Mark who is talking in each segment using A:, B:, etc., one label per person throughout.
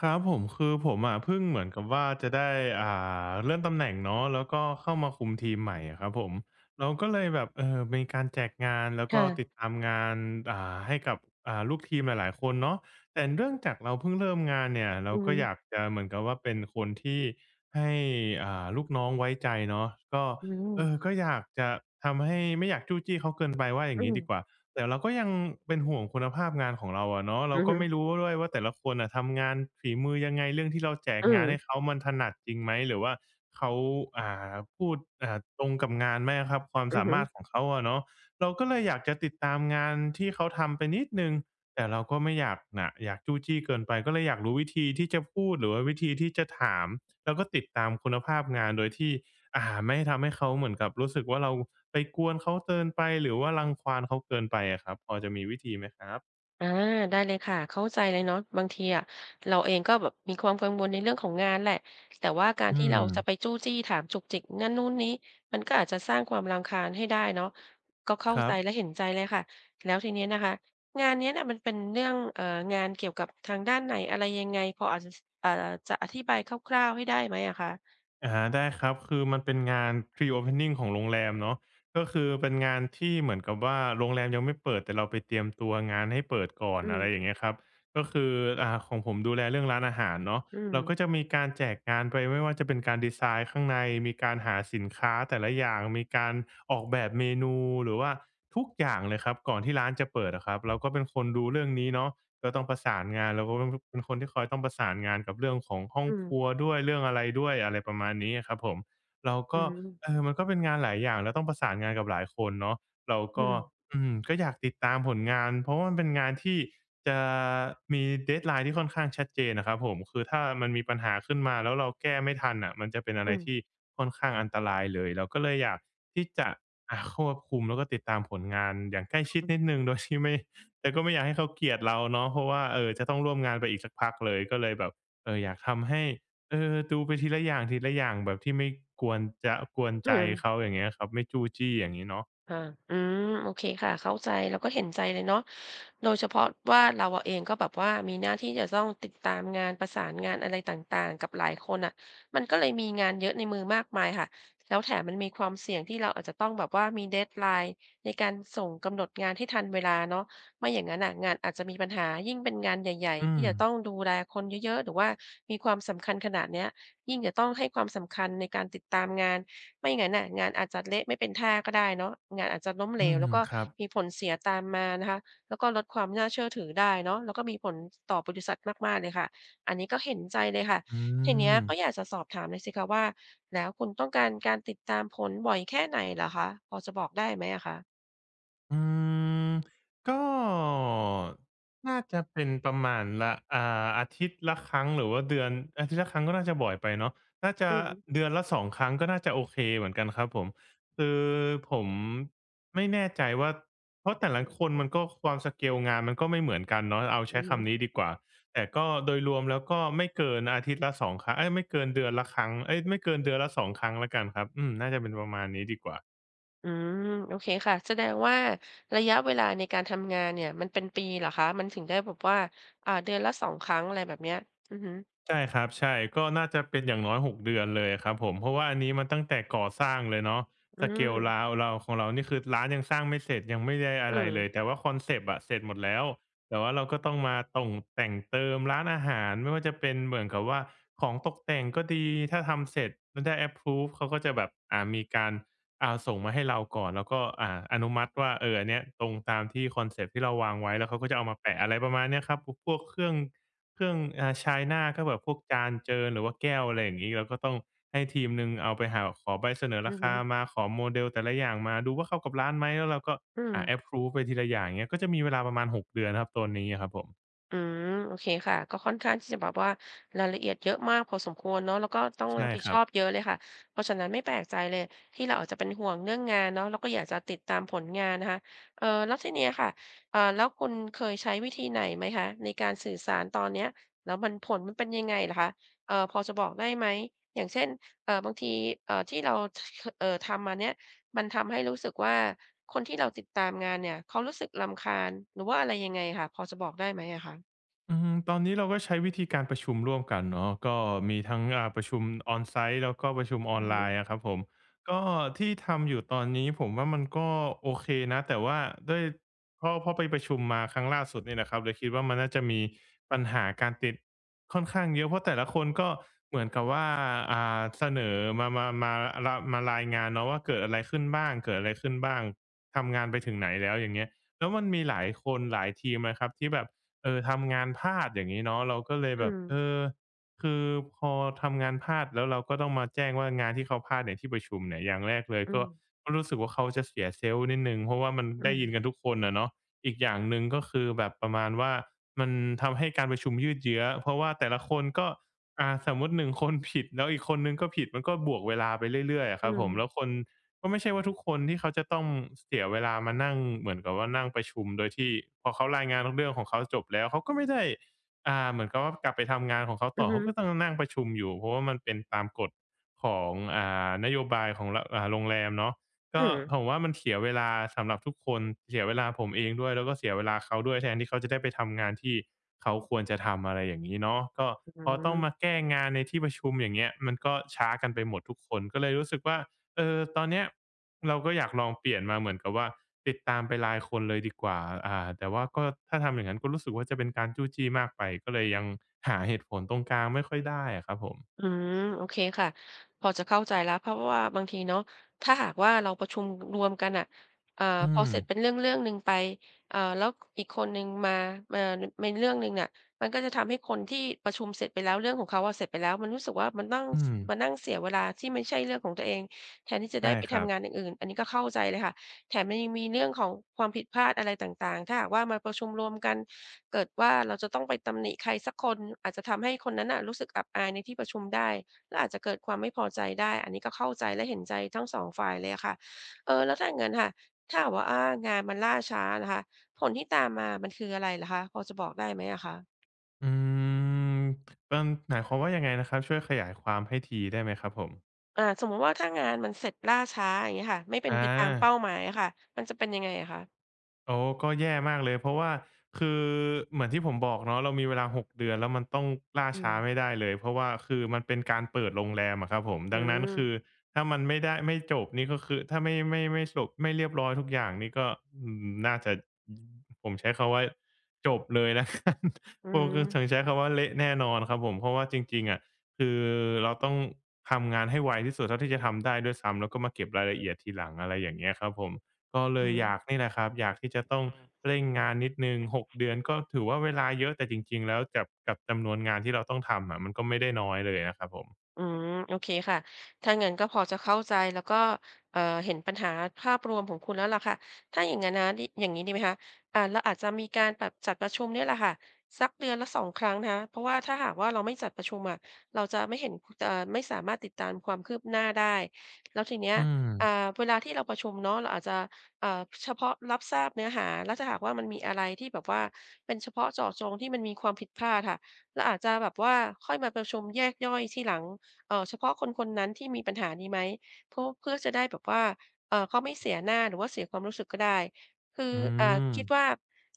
A: ครับผมคือผมอะเพิ่งเหมือนกับว่าจะได้อ่เลื่อนตำแหน่งเนาะแล้วก็เข้ามาคุมทีมใหม่อะครับผมเราก็เลยแบบมีการแจกงานแล้วก็ติด
B: ค่ะ
A: ตามงานให้กับลูกทีมหลายๆคนเนาะแต่เนื่องจากเราเพิ่งเริ่มงานเนี่ยเรา
B: อือ
A: ก็
B: ฮึ
A: อยากจะเหมือนกับว่าเป็นคนที่ให้ลูกน้องไว้ใจเนาะก็
B: อื
A: เออ
B: ม
A: ก็อยากจะทำให้ไม่อยากจู้จี้เขาเกินไปว่าอย่าง
B: อื
A: งี้ดีกว่า แต่เราก็ยังเป็นห่วงคุณภาพงานของเราอะเนาะเรา
B: อือ
A: ก็
B: ฮึ
A: ไม่รู้ด้วยว่าแต่ละคนน่ะทำงานฝีมือยังไงเรื่องที่เราแจก
B: อื
A: งาน
B: ม
A: ให้เขามันถนัดจริงไหมหรือว่าเขาอ่าพูดตรงกับงานไหมอะครับความ
B: อือ
A: สา
B: ฮึ
A: มารถของเขาอะเนาะเราก็เลยอยากจะติดตามงานที่เขาทำไปนิดหนึ่งแต่เราก็ไม่อยากน่ะอยากจู้จี้เกินไปก็เลยอยากรู้วิธีที่จะพูดหรือว่าวิธีที่จะถามแล้วก็ติดตามคุณภาพงานโดยที่ ไม่ทำให้เขาเหมือนกับรู้สึกว่าเราไปกวนเขาเกินไปหรือว่ารังควานเขาเกินไปอะครับพอจะมีวิธีไหมครับ
B: อาได้เลยค่ะเข้าใจเลยเนาะบางทีอะเราเองก็แบบมีความกังวลในเรื่องของงานแหละแต่ว่าการ
A: อื
B: ที่เรา
A: ม
B: จะไปจู้จี้ถามจุกจิกนั่นนู่นนี้มันก็อาจจะสร้างความรำคาญให้ได้เนาะก็เข้า
A: ครั
B: ใจ
A: บ
B: และเห็นใจเลยค่ะแล้วทีเนี้ยนะคะงานเนี้ยน่ะมันเป็นเรื่องงานเกี่ยวกับทางด้านไหนอะไรยังไงพออาจจะสจะอธิบายคร่าวๆให้ได้ไหมอะคะ
A: อาได้ครับคือมันเป็นงาน Pre-opening ของโรงแรมเนาะก็คือเป็นงานที่เหมือนกับว่าโรงแรมยังไม่เปิดแต่เราไปเตรียมตัวงานให้เปิดก่อน
B: อื
A: อะไรอย่าง
B: ม
A: เงี้ยครับก็คือของผมดูแลเรื่องร้านอาหารเนาะ
B: อืม
A: เราก็จะมีการแจกงานไปไม่ว่าจะเป็นการดีไซน์ข้างในมีการหาสินค้าแต่ละอย่างมีการออกแบบเมนูหรือว่าทุกอย่างเลยครับก่อนที่ร้านจะเปิดอะครับเราก็เป็นคนดูเรื่องนี้เนาะ ก็ต้องประสานงานเราก็ต้องเป็นคนที่คอยต้องประสานงานกับเรื่องของห้อง
B: อืม
A: ครัวด้วยเรื่องอะไรด้วยอะไรประมาณนี้อะครับผมเรา
B: อื
A: ก็
B: ม
A: เออมันก็เป็นงานหลายอย่างแล้วต้องประสานงานกับหลายคนเนาะเรา
B: อื
A: ก็
B: ม
A: อืมก็อยากติดตามผลงานเพราะว่ามันเป็นงานที่จะมี deadline ที่ค่อนข้างชัดเจนอะครับผมคือถ้ามันมีปัญหาขึ้นมาแล้วเราแก้ไม่ทันน่ะมันจะเป็นอะไรที่ค่อนข้างอันตรายเลยเราก็เลยอยากที่จะควบคุมแล้วก็ติดตามผลงานอย่างใกล้ชิดนิดหนึ่งโดยที่ไม่ แต่ก็ไม่อยากให้เขาเกลียดเราเนาะเพราะว่าเออจะต้องร่วมงานไปอีกสักพักเลยก็เลยแบบเอออยากทำให้เออดูไปทีละอย่างทีละอย่างแบบที่ไม่กวนจะกวน
B: อื
A: ใจ
B: ม
A: เขาอย่างเงี้ยครับไม่จู้จี้อย่างงี้เนาะ
B: ค่ะอืมโอเคค่ะเข้าใจแล้วก็เห็นใจเลยเนาะโดยเฉพาะว่าเราอะเองก็แบบว่ามีหน้าที่จะต้องติดตามงานประสานงานอะไรต่างๆกับหลายคนน่ะมันก็เลยมีงานเยอะในมือมากมายค่ะแล้วแถมมันมีความเสี่ยงที่เราอาจจะต้องแบบว่ามี deadline ในการส่งกำหนดงานให้ทันเวลาเนาะไม่อย่างนั้นน่ะงานอาจจะมีปัญหายิ่งเป็นงานใหญ่ๆ
A: อื
B: ที่
A: ม
B: จะต้องดูแลคนเยอะๆหรือว่ามีความสำคัญขนาดเนี้ยยิ่งจะต้องให้ความสำคัญในการติดตามงาน ไม่งั้นน่ะงานอาจจะเละไม่เป็นท่าก็ได้เนาะงานอาจจะล้มเหล
A: อื
B: ว
A: ม
B: แล้วก็
A: ครับ
B: มีผลเสียตามมานะคะแล้วก็ลดความน่าเชื่อถือได้เนาะแล้วก็มีผลต่อบริษัทมากๆเลยค่ะอันนี้ก็เห็นใจเลยค่ะ
A: อื
B: ทีเนี้ย
A: ม
B: ก็อยากจะสอบถามหน่อยสิคะว่าแล้วคุณต้องการการติดตามผลบ่อยแค่ไหนเหรอคะพอจะบอกได้ไหมอะคะ
A: อืมก็น่าจะเป็นประมาณละอาทิตย์ละครั้งหรือว่าเดือนอาทิตย์ละครั้งก็น่าจะบ่อยไปเนาะน่าจะ
B: อือฮึ
A: เดือนละสองครั้งก็น่าจะโอเคเหมือนกันครับผมคือผมไม่แน่ใจว่าเพราะแต่ละคนมันก็ความสเกลงานมันก็ไม่เหมือนกันเนาะเอาใช้
B: อือฮึ
A: คำนี้ดีกว่าแต่ก็โดยรวมแล้วก็ไม่เกินอาทิตย์ละสองครั้งเอ๊ยไม่เกินเดือนละครั้งเอ๊ยไม่เกินเดือนละสองครั้งแล้วกันครับอืมน่าจะเป็นประมาณนี้ดีกว่า
B: อืมโอเคค่ะแสดงว่าระยะเวลาในการทำงานเนี่ยมันเป็นปีเหรอคะมันถึงได้แบบว่าเดือนละ2ครั้งอะไรแบบเนี้ยอือฮึ
A: ใช่ครับใช่ก็น่าจะเป็นอย่างน้อย6เดือนเลยครับผมเพราะว่าอันนี้มันตั้งแต่ก่อสร้างเลยเนาะ
B: อื
A: สเกลร้าว
B: ม
A: เราของเรานี่คือร้านยังสร้างไม่เสร็จยังไม่ได้อะ
B: อื
A: ไรเลยแต่
B: ม
A: ว่าคอนเซปต์อะเสร็จหมดแล้วแต่ว่าเราก็ต้องมาต่งแต่งเติมร้านอาหารไม่ว่าจะเป็นเหมือนกับว่าของตกแต่งก็ดีถ้าทำเสร็จแล้วได้ approve เขาก็จะแบบมีการส่งมาให้เราก่อนแล้วก็อนุมัติว่าเอออันเนี้ยตรงตามที่คอนเซปต์ที่เราวางไว้แล้วเขาก็จะเอามาแปะอะไรประมาณเนี้ยครับพวกเครื่อง เครื่องชายหน้าก็แบบพวกจานเจิญหรือว่าแก้วอะไรอย่างงี้เราก็ต้องให้ทีมหนึ่งเอาไปหาขอใบเสนอ
B: อื
A: รา
B: อฮึ
A: คามาขอโมเดลแต่ละอย่างมาดูว่าเข้ากับร้านไหมแล้วเราก็
B: อืม
A: แอปรูฟไปทีละอย่างเงี้ยก็จะมีเวลาประมาณ6เดือนครับโซนนี้อะครับผม
B: อืมโอเคค่ะก็ค่อนข้างที่จะแบบว่ารายละเอียดเยอะมากพอสมควรเนาะแล้วก็ต้องรั
A: ใช่
B: บผิด
A: ค
B: ช
A: รั
B: อ
A: บ
B: บเยอะเลยค่ะเพราะฉะนั้นไม่แปลกใจเลยที่เราอาจจะเป็นห่วงเรื่องงานเนาะแล้วก็อยากจะติดตามผลงานนะคะแล้วทีเนี้ยค่ะแล้วคุณเคยใช้วิธีไหนไหมคะในการสื่อสารตอนเนี้ยแล้วมันผลมันเป็นยังไงเหรอคะพอจะบอกได้ไหมอย่างเช่นบางทีที่เราทำมาเนี้ยมันทำให้รู้สึกว่าคนที่เราติดตามงานเนี่ยเขารู้สึกรำคาญหรือว่าอะไรยังไงค่ะพอจะบอกได้ไหมอะคะ
A: อืมตอนนี้เราก็ใช้วิธีการประชุมร่วมกันเนาะก็มีทั้งประชุมอ n ไซ t ์แล้วก็ประชุมออ
B: อื
A: น
B: อ
A: ไล
B: ฮึ
A: น์อะครับผมก็ที่ทำอยู่ตอนนี้ผมว่ามันก็โอเคนะแต่ว่าด้วยพอพรไปประชุมมาครั้งล่าสุดเนี่ยนะครับเลยคิดว่ามันน่าจะมีปัญหาการติดค่อนข้างเยอะเพราะแต่ละคนก็เหมือนกับว่าอ่าเสนอมารายงานเนาะว่าเกิดอะไรขึ้นบ้างเกิดอะไรขึ้นบ้างทำงานไปถึงไหนแล้วอย่างเงี้ยแล้วมันมีหลายคนหลายทีมนะครับที่แบบ เออทำงานพลาดอย่างนี้เนาะเราก็เลย
B: อื
A: แบบ
B: ม
A: เออคือพอทำงานพลาดแล้วเราก็ต้องมาแจ้งว่างานที่เขาพลาดในที่ประชุมเนี่ยอย่างแรกเลย
B: อื
A: ก็
B: ม
A: ก็รู้สึกว่าเขาจะเสียเซลล์นิดหนึ่งเพราะว่ามัน
B: อื
A: ได้
B: ม
A: ยินกันทุกคนอะเนาะอีกอย่างหนึ่งก็คือแบบประมาณว่ามันทำให้การประชุมยืดเยื้อเพราะว่าแต่ละคนก็อ่าสมมติหนึ่งคนผิดแล้วอีกคนนึงก็ผิดมันก็บวกเวลาไปเรื่อยๆอะค
B: อื
A: รับผ
B: ม
A: มแล้วคน ก็ไม่ใช่ว่าทุกคนที่เขาจะต้องเสียเวลามานั่งเหมือนกับว่านั่งประชุมโดยที่พอเขารายงานเรื่องของเขาจบแล้วเขาก็ไม่ได้อ่าเหมือนกับว่ากลับไปทำงานของเขา
B: อื
A: ต่
B: อ
A: อ
B: ฮึ
A: เขาก็ต้องนั่งประชุมอยู่เพราะว่ามันเป็นตามกฎของอ่านโยบายของรอ่าโรงแรมเนาะ
B: อื
A: ก็
B: ม
A: ผมว่ามันเสียเวลาสำหรับทุกคนเสียเวลาผมเองด้วยแล้วก็เสียเวลาเขาด้วยแทนที่เขาจะได้ไปทำงานที่เขาควรจะทำอะไรอย่างงี้เนาะก็
B: อื
A: พอต้องมา
B: ม
A: แก้งานในที่ประชุมอย่างเงี้ยมันก็ช้ากันไปหมดทุกคนก็เลยรู้สึกว่า เออตอนเนี้ยเราก็อยากลองเปลี่ยนมาเหมือนกับว่าติดตามไป็รายคนเลยดีกว่าอ่าแต่ว่าก็ถ้าทำอย่างนั้นก็รู้สึกว่าจะเป็นการจู้จี้มากไปก็เลยยังหาเหตุผลตรงกลางไม่ค่อยได้อะครับผม
B: อืม โอเคค่ะพอจะเข้าใจแล้วเพราะว่าบางทีเนาะถ้าหากว่าเราประชุมรวมกันน่ะเอ่อ
A: อื
B: พอ
A: ม
B: เสร็จเป็นเรื่องๆหนึ่งไปแล้วอีกคนหนึ่งมาในเรื่องหนึ่งเนี่ยมันก็จะทำให้คนที่ประชุมเสร็จไปแล้วเรื่องของเขาอะเสร็จไปแล้วมันรู้สึกว่ามันต้อง
A: อื
B: ส
A: ม
B: มานั่งเสียเวลาที่ไม่ใช่เรื่องของตัวเองแทนที่จะ
A: ใช่
B: ได้ไป
A: ครับ
B: ทำงานอย่างอื่นอันนี้ก็เข้าใจเลยค่ะแถมมันยังมีเรื่องของความผิดพลาดอะไรต่างๆถ้าหากว่ามาประชุมรวมกัน เกิดว่าเราจะต้องไปตำหนิใครสักคนอาจจะทำให้คนนั้นน่ะรู้สึกอับอายในที่ประชุมได้และอาจจะเกิดความไม่พอใจได้อันนี้ก็เข้าใจและเห็นใจทั้งสองฝ่ายเลยอะค่ะเออแล้วถ้าอย่างงั้นค่ะถ้าหากว่างานมันล่าช้านะคะผลที่ตามมามันคืออะไรเหรอคะพอจะบอกได้ไหมอะคะ
A: อืมมันหมายความว่ายังไงนะครับช่วยขยายความให้ทีได้ไหมครับผม
B: สมมุติว่าถ้างานมันเสร็จล่าช้าอย่างเงี้ยค่ะไม่เป็น
A: อา
B: ไปตามเป้าหมายอะค่ะมันจะเป็นยังไงอะคะ
A: โอ้ก็แย่มากเลยเพราะว่าคือเหมือนที่ผมบอกเนาะเรามีเวลา6เดือนแล้วมันต้องล่า
B: อื
A: ช้าไม่
B: ม
A: ได้เลยเพราะว่าคือมันเป็นการเปิดโรงแรมอะครับผม
B: อื
A: ดังนั้นคือ
B: ม
A: ถ้ามันไม่ได้ไม่จบนี่ก็คือถ้าไม่จบไม่เรียบร้อยทุกอย่างนี่ก็อืมน่าจะผมใช้คำว่าจบเลยนะ้ วัน
B: อื
A: ผมคือ
B: ม
A: ถึงใช้คำว่าเละแน่นอนครับผมเพราะว่าจริงๆอะคือเราต้องทำงานให้ไวที่สุดเท่าที่จะทำได้ด้วยซ้ำแล้วก็มาเก็บรายละเอียดทีหลังอะไรอย่างเงี้ยครับผม ก็เล
B: อือ
A: ย
B: ฮึ
A: อยากนี่แหละครับอยากที่จะต้องเร่งงานนิดหนึ่ง6เดือนก็ถือว่าเวลาเยอะแต่จริงๆแล้วกับจำนวนงานที่เราต้องทำอะมันก็ไม่ได้น้อยเลยนะครับผม
B: อืมโอเคค่ะถ้างั้นก็พอจะเข้าใจแล้วก็เอ่อเห็นปัญหาภาพรวมของคุณแล้วล่ะค่ะถ้าอย่างงั้นนะดิอย่างงี้ดีไหมคะเราอาจจะมีการแบบจัดประชุมเนี่ยแหละค่ะสักเดือนละ2ครั้งนะคะเพราะว่าถ้าหากว่าเราไม่จัดประชุมอะเราจะไม่เห็นไม่สามารถติดตามความคืบหน้าได้แล้วทีเนี้ย
A: อืม
B: อ่าเวลาที่เราประชุมเนาะเราอาจจะเฉพาะรับทราบเนื้อหาแล้วถ้าหากว่ามันมีอะไรที่แบบว่าเป็นเฉพาะเจาะจงที่มันมีความผิดพลาดค่ะเราอาจจะแบบว่าค่อยมาประชุมแยกย่อยทีหลัง เฉพาะคนคนนั้นที่มีปัญหานี้ไหมเพราะเพื่อจะได้แบบว่าเขาไม่เสียหน้าหรือว่าเสียความรู้สึกก็ได้คือ
A: อืม
B: คิดว่า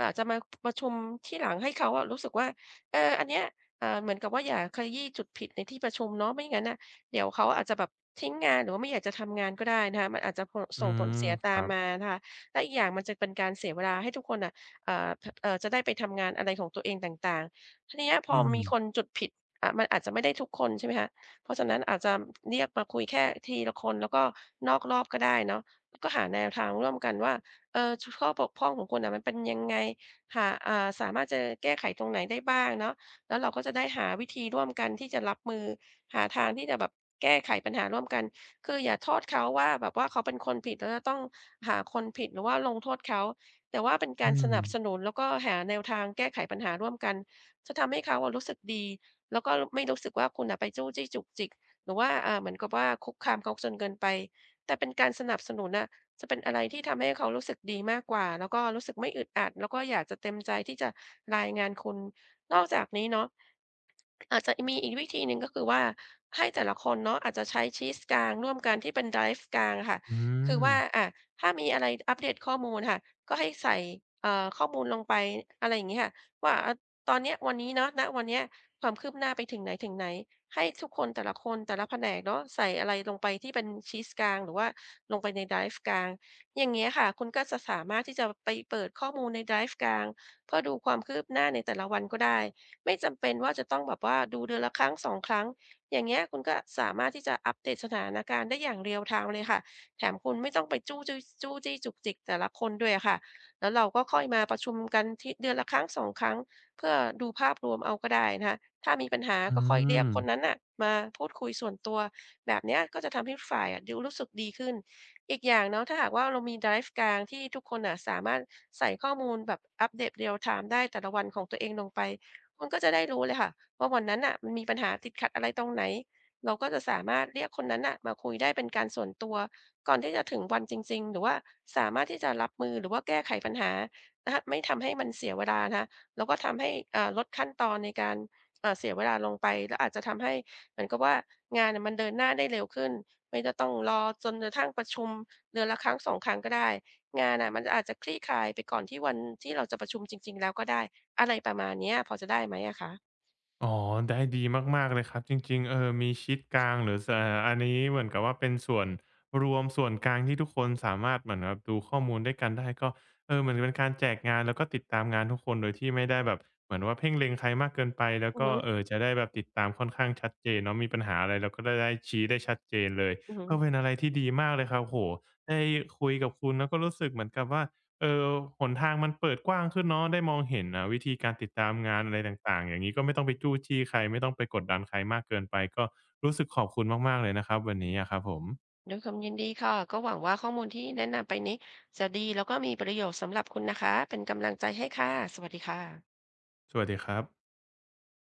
B: อาจจะมาประชุมที่หลังให้เขาอะรู้สึกว่าเอออันเนี้ยเหมือนกับว่าอย่าขยี้จุดผิดในที่ประชุมเนาะไม่งั้นน่ะเดี๋ยวเขาอาจจะแบบทิ้งงานหรือว่าไม่อยากจะทำงานก็ได้นะคะมันอาจจะ
A: อื
B: ส่งผล
A: ม
B: เสีย
A: ค
B: ตาม
A: รับ
B: มานะคะและอีกอย่างมันจะเป็นการเสียเวลาให้ทุกคนน่ะอ่าทเอ่อจะได้ไปทำงานอะไรของตัวเองต่างๆทีเนี้ยพอ
A: อืม
B: มีคนจุดผิดมันอาจจะไม่ได้ทุกคนใช่ไหมคะ เพราะฉะนั้นอาจจะเรียกมาคุยแค่ทีละคนแล้วก็นอกรอบก็ได้เนาะแล้วก็หาแนวทางร่วมกันว่าเออข้อบกพร่องของคุณน่ะมันเป็นยังไงหาสามารถจะแก้ไขตรงไหนได้บ้างเนาะแล้วเราก็จะได้หาวิธีร่วมกันที่จะรับมือหาทางที่จะแบบแก้ไขปัญหาร่วมกันคืออย่าโทษเขาว่าแบบว่าเขาเป็นคนผิดแล้วจะต้องหาคนผิดหรือว่าลงโทษเขาแต่ว่าเป็นการ
A: อื
B: ส
A: ม
B: นับสนุนแล้วก็หาแนวทางแก้ไขปัญหาร่วมกันจะทำให้เขาอะรู้สึกดี แล้วก็ไม่รู้สึกว่าคุณน่ะไปจู้จี้จุกจิกหรือว่าเหมือนกับว่าคุกคามเขาจนเกินไปแต่เป็นการสนับสนุนน่ะจะเป็นอะไรที่ทำให้เขารู้สึกดีมากกว่าแล้วก็รู้สึกไม่อึดอัดแล้วก็อยากจะเต็มใจที่จะรายงานคุณนอกจากนี้เนาะ อาจจะมีอีกวิธีหนึ่งก็คือว่าให้แต่ละคนเนาะอาจจะใช้ชีทกลางร่วมกันที่เป็นไดรฟ์กลางอะค่ะ
A: อื
B: คือ
A: ม
B: ว่าถ้ามีอะไรอัปเดตข้อมูลค่ะก็ให้ใส่ข้อมูลลงไปอะไรอย่างงี้ค่ะว่าอาตอนเนี้ยวันนี้เนาะณวันเนี้ยความคืบหน้าไปถึงไหนถึงไหนให้ทุกคนแต่ละคนแต่ละแผนกเนาะใส่อะไรลงไปที่เป็นชีทกลางหรือว่าลงไปในไดรฟ์กลางอย่างเงี้ยค่ะคุณก็จะสามารถที่จะไปเปิดข้อมูลในไดรฟ์กลางเพื่อดูความคืบหน้าในแต่ละวันก็ได้ ไม่จำเป็นว่าจะต้องแบบว่าดูเดือนละครั้ง2ครั้ง อย่างเงี้ยคุณก็สามารถที่จะอัปเดตสถานการณ์ได้อย่าง real time เลยค่ะแถมคุณไม่ต้องไปจู้จี้จุกจิกแต่ละคนด้วยอะค่ะ แล้วเราก็ค่อยมาประชุมกันที่เดือนละครั้ง2ครั้งเพื่อดูภาพรวมเอาก็ได้นะคะถ้ามีปัญหา
A: อื
B: ก็ค่อยเรียก
A: ม
B: คนนั้นน่ะมาพูดคุยส่วนตัวแบบเนี้ยก็จะทำให้ฝ่ายอะดูรู้สึกดีขึ้นอีกอย่างเนาะถ้าหากว่าเรามีไดรฟ์กลางที่ทุกคนอ่ะสามารถใส่ข้อมูลแบบอัปเดตเรียลไทม์ได้แต่ละวันของตัวเองลงไป คุณก็จะได้รู้เลยค่ะว่าวันนั้นน่ะมันมีปัญหาติดขัดอะไรตรงไหนเราก็จะสามารถเรียกคนนั้นน่ะมาคุยได้เป็นการส่วนตัวก่อนที่จะถึงวันจริงๆหรือว่าสามารถที่จะรับมือหรือว่าแก้ไขปัญหานะคะไม่ทำให้มันเสียเวลานะคะแล้วก็ทำให้เอ่าลดขั้นตอนในการเอ่าเสียเวลาลงไปแล้วอาจจะทำให้เหมือนกับว่างานน่ะมันเดินหน้าได้เร็วขึ้นไม่จะต้องรอจนกระทั่งประชุมเดือนละครั้งสองครั้งก็ได้งานน่ะมันอาจจะคลี่คลายไปก่อนที่วันที่เราจะประชุมจริงๆแล้วก็ได้ อะไรประมาณเนี้ยพอจะได้ไหมอะคะ
A: อ๋อได้ดีมากๆเลยครับจริงๆเออมีชีตกลางหรือสเอ่ออันนี้เหมือนกับว่าเป็นส่วนรวมส่วนกลางที่ทุกคนสามารถเหมือนแบบดูข้อมูลด้วยกันได้ก็เออเหมือนเป็นการแจกงานแล้วก็ติดตามงานทุกคนโดยที่ไม่ได้แบบเหมือนว่าเพ่งเล็งใครมากเกินไปแล้ว
B: อือ
A: ก็
B: ฮึ
A: เอ่อจะได้แบบติดตามค่อนข้างชัดเจนเนาะมีปัญหาอะไรเราก็ได้ชี้ได้ชัดเจนเลย
B: อือฮึ
A: ก็เป็นอะไรที่ดีมากเลยครับโอ้โฮได้คุยกับคุณแล้วก็รู้สึกเหมือนกับว่า เออหนทางมันเปิดกว้างขึ้นเนาะได้มองเห็นอ่าวิธีการติดตามงานอะไรต่างๆ อย่างงี้ก็ไม่ต้องไปจู้จี้ใครไม่ต้องไปกดดันใครมากเกินไปก็รู้สึกขอบคุณมากๆเลยนะครับวันนี้อะครับผม
B: ด้วยความยินดีค่ะ ก็หวังว่าข้อมูลที่แนะนำไปนี้จะดีแล้วก็มีประโยชน์สำหรับคุณนะคะ เป็นกำลังใจให้ค่ะ สวัสดีค่ะ
A: สวัสดีครับ